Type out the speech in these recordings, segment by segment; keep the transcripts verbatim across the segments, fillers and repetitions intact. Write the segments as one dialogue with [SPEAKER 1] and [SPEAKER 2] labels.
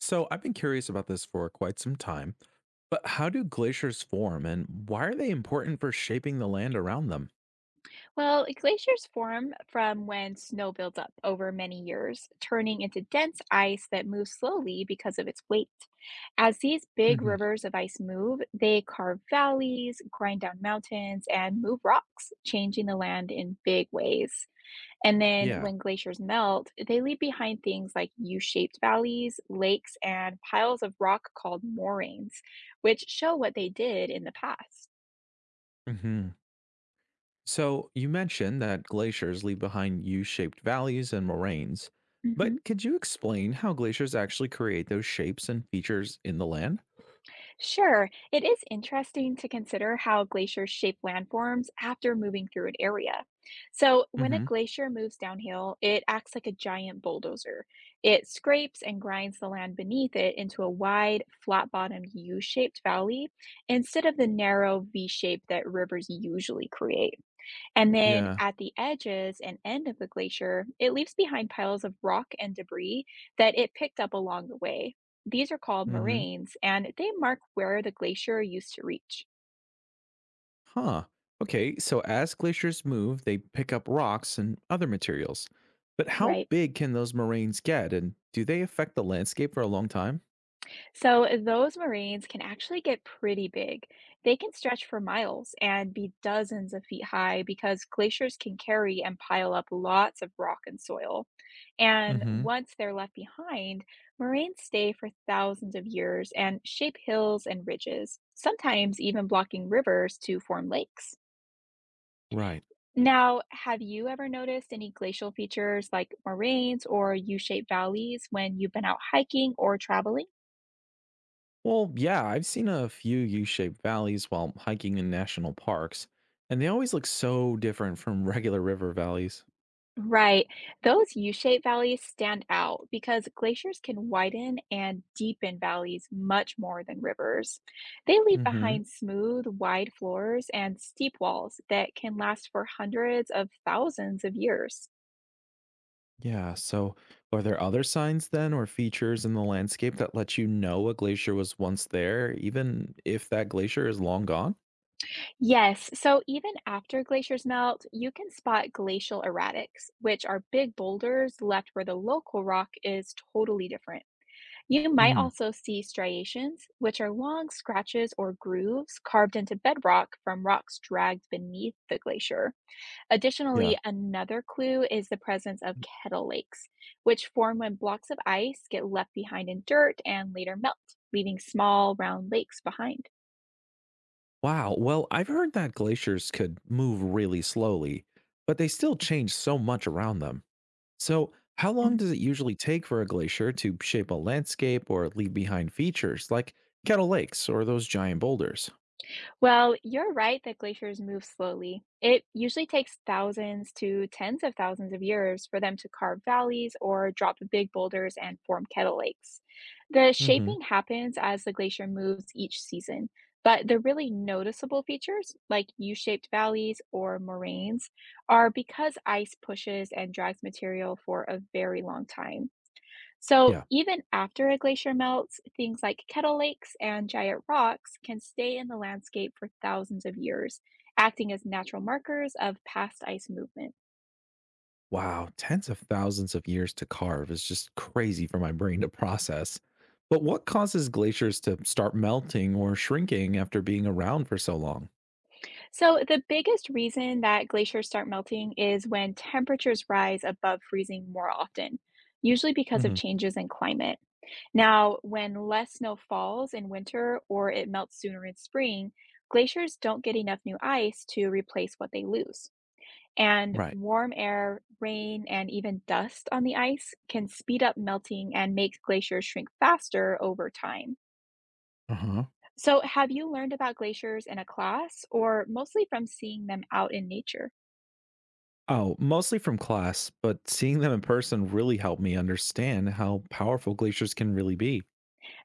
[SPEAKER 1] So I've been curious about this for quite some time, but how do glaciers form and why are they important for shaping the land around them?
[SPEAKER 2] Well, glaciers form from when snow builds up over many years, turning into dense ice that moves slowly because of its weight. As these big
[SPEAKER 1] Hmm.
[SPEAKER 2] rivers of ice move, they carve valleys, grind down mountains, and move rocks, changing the land in big ways. And then
[SPEAKER 1] Yeah.
[SPEAKER 2] when glaciers melt, they leave behind things like U shaped valleys, lakes, and piles of rock called moraines, which show what they did in the past.
[SPEAKER 1] Hmm. So you mentioned that glaciers leave behind U shaped valleys and moraines,
[SPEAKER 2] Mm-hmm.
[SPEAKER 1] but could you explain how glaciers actually create those shapes and features in the land?
[SPEAKER 2] Sure, it is interesting to consider how glaciers shape landforms after moving through an area. So, when a
[SPEAKER 1] Hmm.
[SPEAKER 2] glacier moves downhill, it acts like a giant bulldozer. It scrapes and grinds the land beneath it into a wide, flat bottomed U shaped valley instead of the narrow V shape that rivers usually create. And then
[SPEAKER 1] Yeah.
[SPEAKER 2] at the edges and end of the glacier, it leaves behind piles of rock and debris that it picked up along the way. These are called
[SPEAKER 1] Mm-hmm.
[SPEAKER 2] moraines, and they mark where the glacier used to reach.
[SPEAKER 1] Huh. Okay, so as glaciers move, they pick up rocks and other materials. But how
[SPEAKER 2] Right.
[SPEAKER 1] big can those moraines get, and do they affect the landscape for a long time?
[SPEAKER 2] So, eh, those moraines can actually get pretty big. They can stretch for miles and be dozens of feet high because glaciers can carry and pile up lots of rock and soil. And
[SPEAKER 1] Hmm.
[SPEAKER 2] once they're left behind, moraines stay for thousands of years and shape hills and ridges, sometimes even blocking rivers to form lakes.
[SPEAKER 1] Right.
[SPEAKER 2] Now, have you ever noticed any glacial features like moraines or U shaped valleys when you've been out hiking or traveling?
[SPEAKER 1] Well, yeah, I've seen a few U shaped valleys while hiking in national parks, and they always look so different from regular river valleys.
[SPEAKER 2] Right. Those U-shaped valleys stand out because glaciers can widen and deepen valleys much more than rivers. They leave
[SPEAKER 1] Hmm.
[SPEAKER 2] behind smooth, wide floors and steep walls that can last for hundreds of thousands of years.
[SPEAKER 1] Yeah, so are there other signs then or features in the landscape that let you know a glacier was once there, even if that glacier is long gone?
[SPEAKER 2] Yes, so even after glaciers melt, you can spot glacial erratics, which are big boulders left where the local rock is totally different. You might
[SPEAKER 1] Hmm.
[SPEAKER 2] also see striations, which are long scratches or grooves carved into bedrock from rocks dragged beneath the glacier.
[SPEAKER 1] Yeah.
[SPEAKER 2] Additionally, another clue is the presence of kettle lakes, which form when blocks of ice get left behind in dirt and later melt, leaving small, round lakes behind.
[SPEAKER 1] Wow. Well, I've heard that glaciers could move really slowly, but they still change so much around them. So, how long does it usually take for a glacier to shape a landscape or leave behind features like kettle lakes or those giant boulders?
[SPEAKER 2] Well, you're right that glaciers move slowly. It usually takes thousands to tens of thousands of years for them to carve valleys or drop big boulders and form kettle lakes. The
[SPEAKER 1] Hmm.
[SPEAKER 2] shaping happens as the glacier moves each season, but the really noticeable features, like U shaped valleys or moraines, are because ice pushes and drags material for a very long time. So,
[SPEAKER 1] Yeah.
[SPEAKER 2] even after a glacier melts, things like kettle lakes and giant rocks can stay in the landscape for thousands of years, acting as natural markers of past ice movement.
[SPEAKER 1] Wow. Tens of thousands of years to carve is just crazy for my brain to process. But what causes glaciers to start melting or shrinking after being around for so long?
[SPEAKER 2] So, the biggest reason that glaciers start melting is when temperatures rise above freezing more often, usually because of
[SPEAKER 1] Hmm.
[SPEAKER 2] changes in climate. Now, when less snow falls in winter or it melts sooner in spring, glaciers don't get enough new ice to replace what they lose. And
[SPEAKER 1] Right.
[SPEAKER 2] warm air, rain, and even dust on the ice can speed up melting and make glaciers shrink faster over time.
[SPEAKER 1] Uh huh.
[SPEAKER 2] So, have you learned about glaciers in a class or mostly from seeing them out in nature?
[SPEAKER 1] Oh, mostly from class, but seeing them in person really helped me understand how powerful glaciers can really be.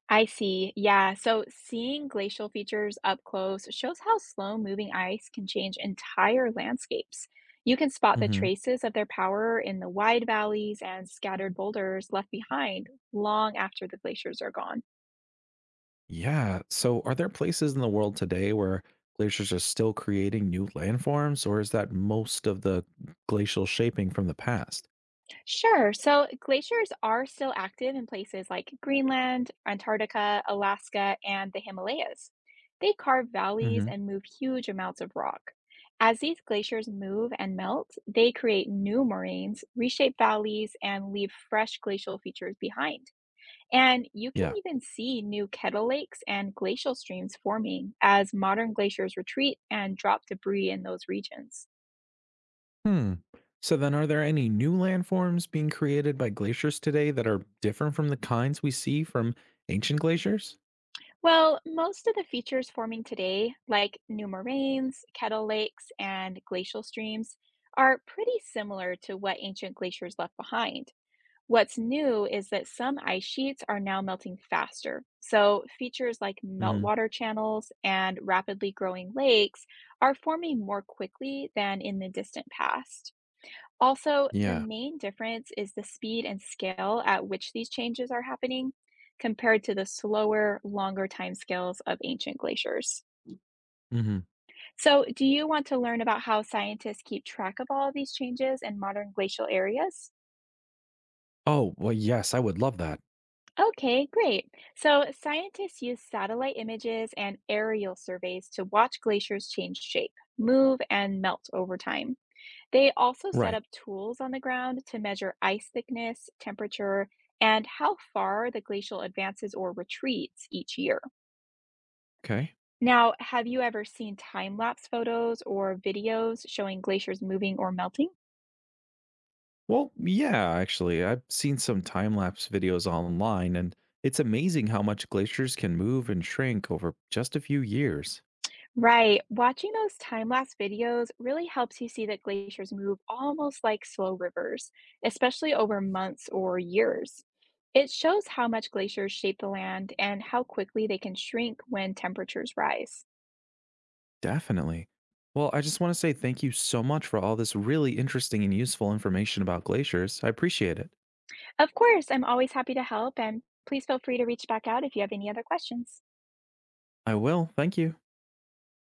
[SPEAKER 2] I see. Yeah. So, seeing glacial features up close shows how slow moving ice can change entire landscapes. You can spot the
[SPEAKER 1] Hmm.
[SPEAKER 2] traces of their power in the wide valleys and scattered boulders left behind long after the glaciers are gone.
[SPEAKER 1] Yeah. So, are there places in the world today where glaciers are still creating new landforms, or is that most of the glacial shaping from the past?
[SPEAKER 2] Sure. So glaciers are still active in places like Greenland, Antarctica, Alaska, and the Himalayas. They carve valleys
[SPEAKER 1] Hmm.
[SPEAKER 2] and move huge amounts of rock. As these glaciers move and melt, they create new moraines, reshape valleys, and leave fresh glacial features behind. And you can
[SPEAKER 1] Yeah.
[SPEAKER 2] even see new kettle lakes and glacial streams forming as modern glaciers retreat and drop debris in those regions.
[SPEAKER 1] Hmm. So, then are there any new landforms being created by glaciers today that are different from the kinds we see from ancient glaciers?
[SPEAKER 2] Well, most of the features forming today, like new moraines, kettle lakes, and glacial streams, are pretty similar to what ancient glaciers left behind. What's new is that some ice sheets are now melting faster. So, features like
[SPEAKER 1] Hmm.
[SPEAKER 2] meltwater channels and rapidly growing lakes are forming more quickly than in the distant past. Also, the
[SPEAKER 1] Yeah.
[SPEAKER 2] main difference is the speed and scale at which these changes are happening compared to the slower, longer timescales of ancient glaciers.
[SPEAKER 1] Hmm.
[SPEAKER 2] So, do you want to learn about how scientists keep track of all these changes in modern glacial areas?
[SPEAKER 1] Oh, well, yes, I would love that.
[SPEAKER 2] Okay, great. So, scientists use satellite images and aerial surveys to watch glaciers change shape, move, and melt over time. They also set
[SPEAKER 1] Right.
[SPEAKER 2] up tools on the ground to measure ice thickness, temperature, and how far the glacial advances or retreats each year.
[SPEAKER 1] Okay.
[SPEAKER 2] Now, have you ever seen time lapse photos or videos showing glaciers moving or melting?
[SPEAKER 1] Well, yeah, actually, I've seen some time lapse videos online, and it's amazing how much glaciers can move and shrink over just a few years.
[SPEAKER 2] Right, watching those time lapse videos really helps you see that glaciers move almost like slow rivers, especially over months or years. It shows how much glaciers shape the land and how quickly they can shrink when temperatures rise.
[SPEAKER 1] Definitely. Well, I just want to say thank you so much for all this really interesting and useful information about glaciers. I appreciate it.
[SPEAKER 2] Of course, I'm always happy to help, and please feel free to reach back out if you have any other questions.
[SPEAKER 1] I will. Thank you.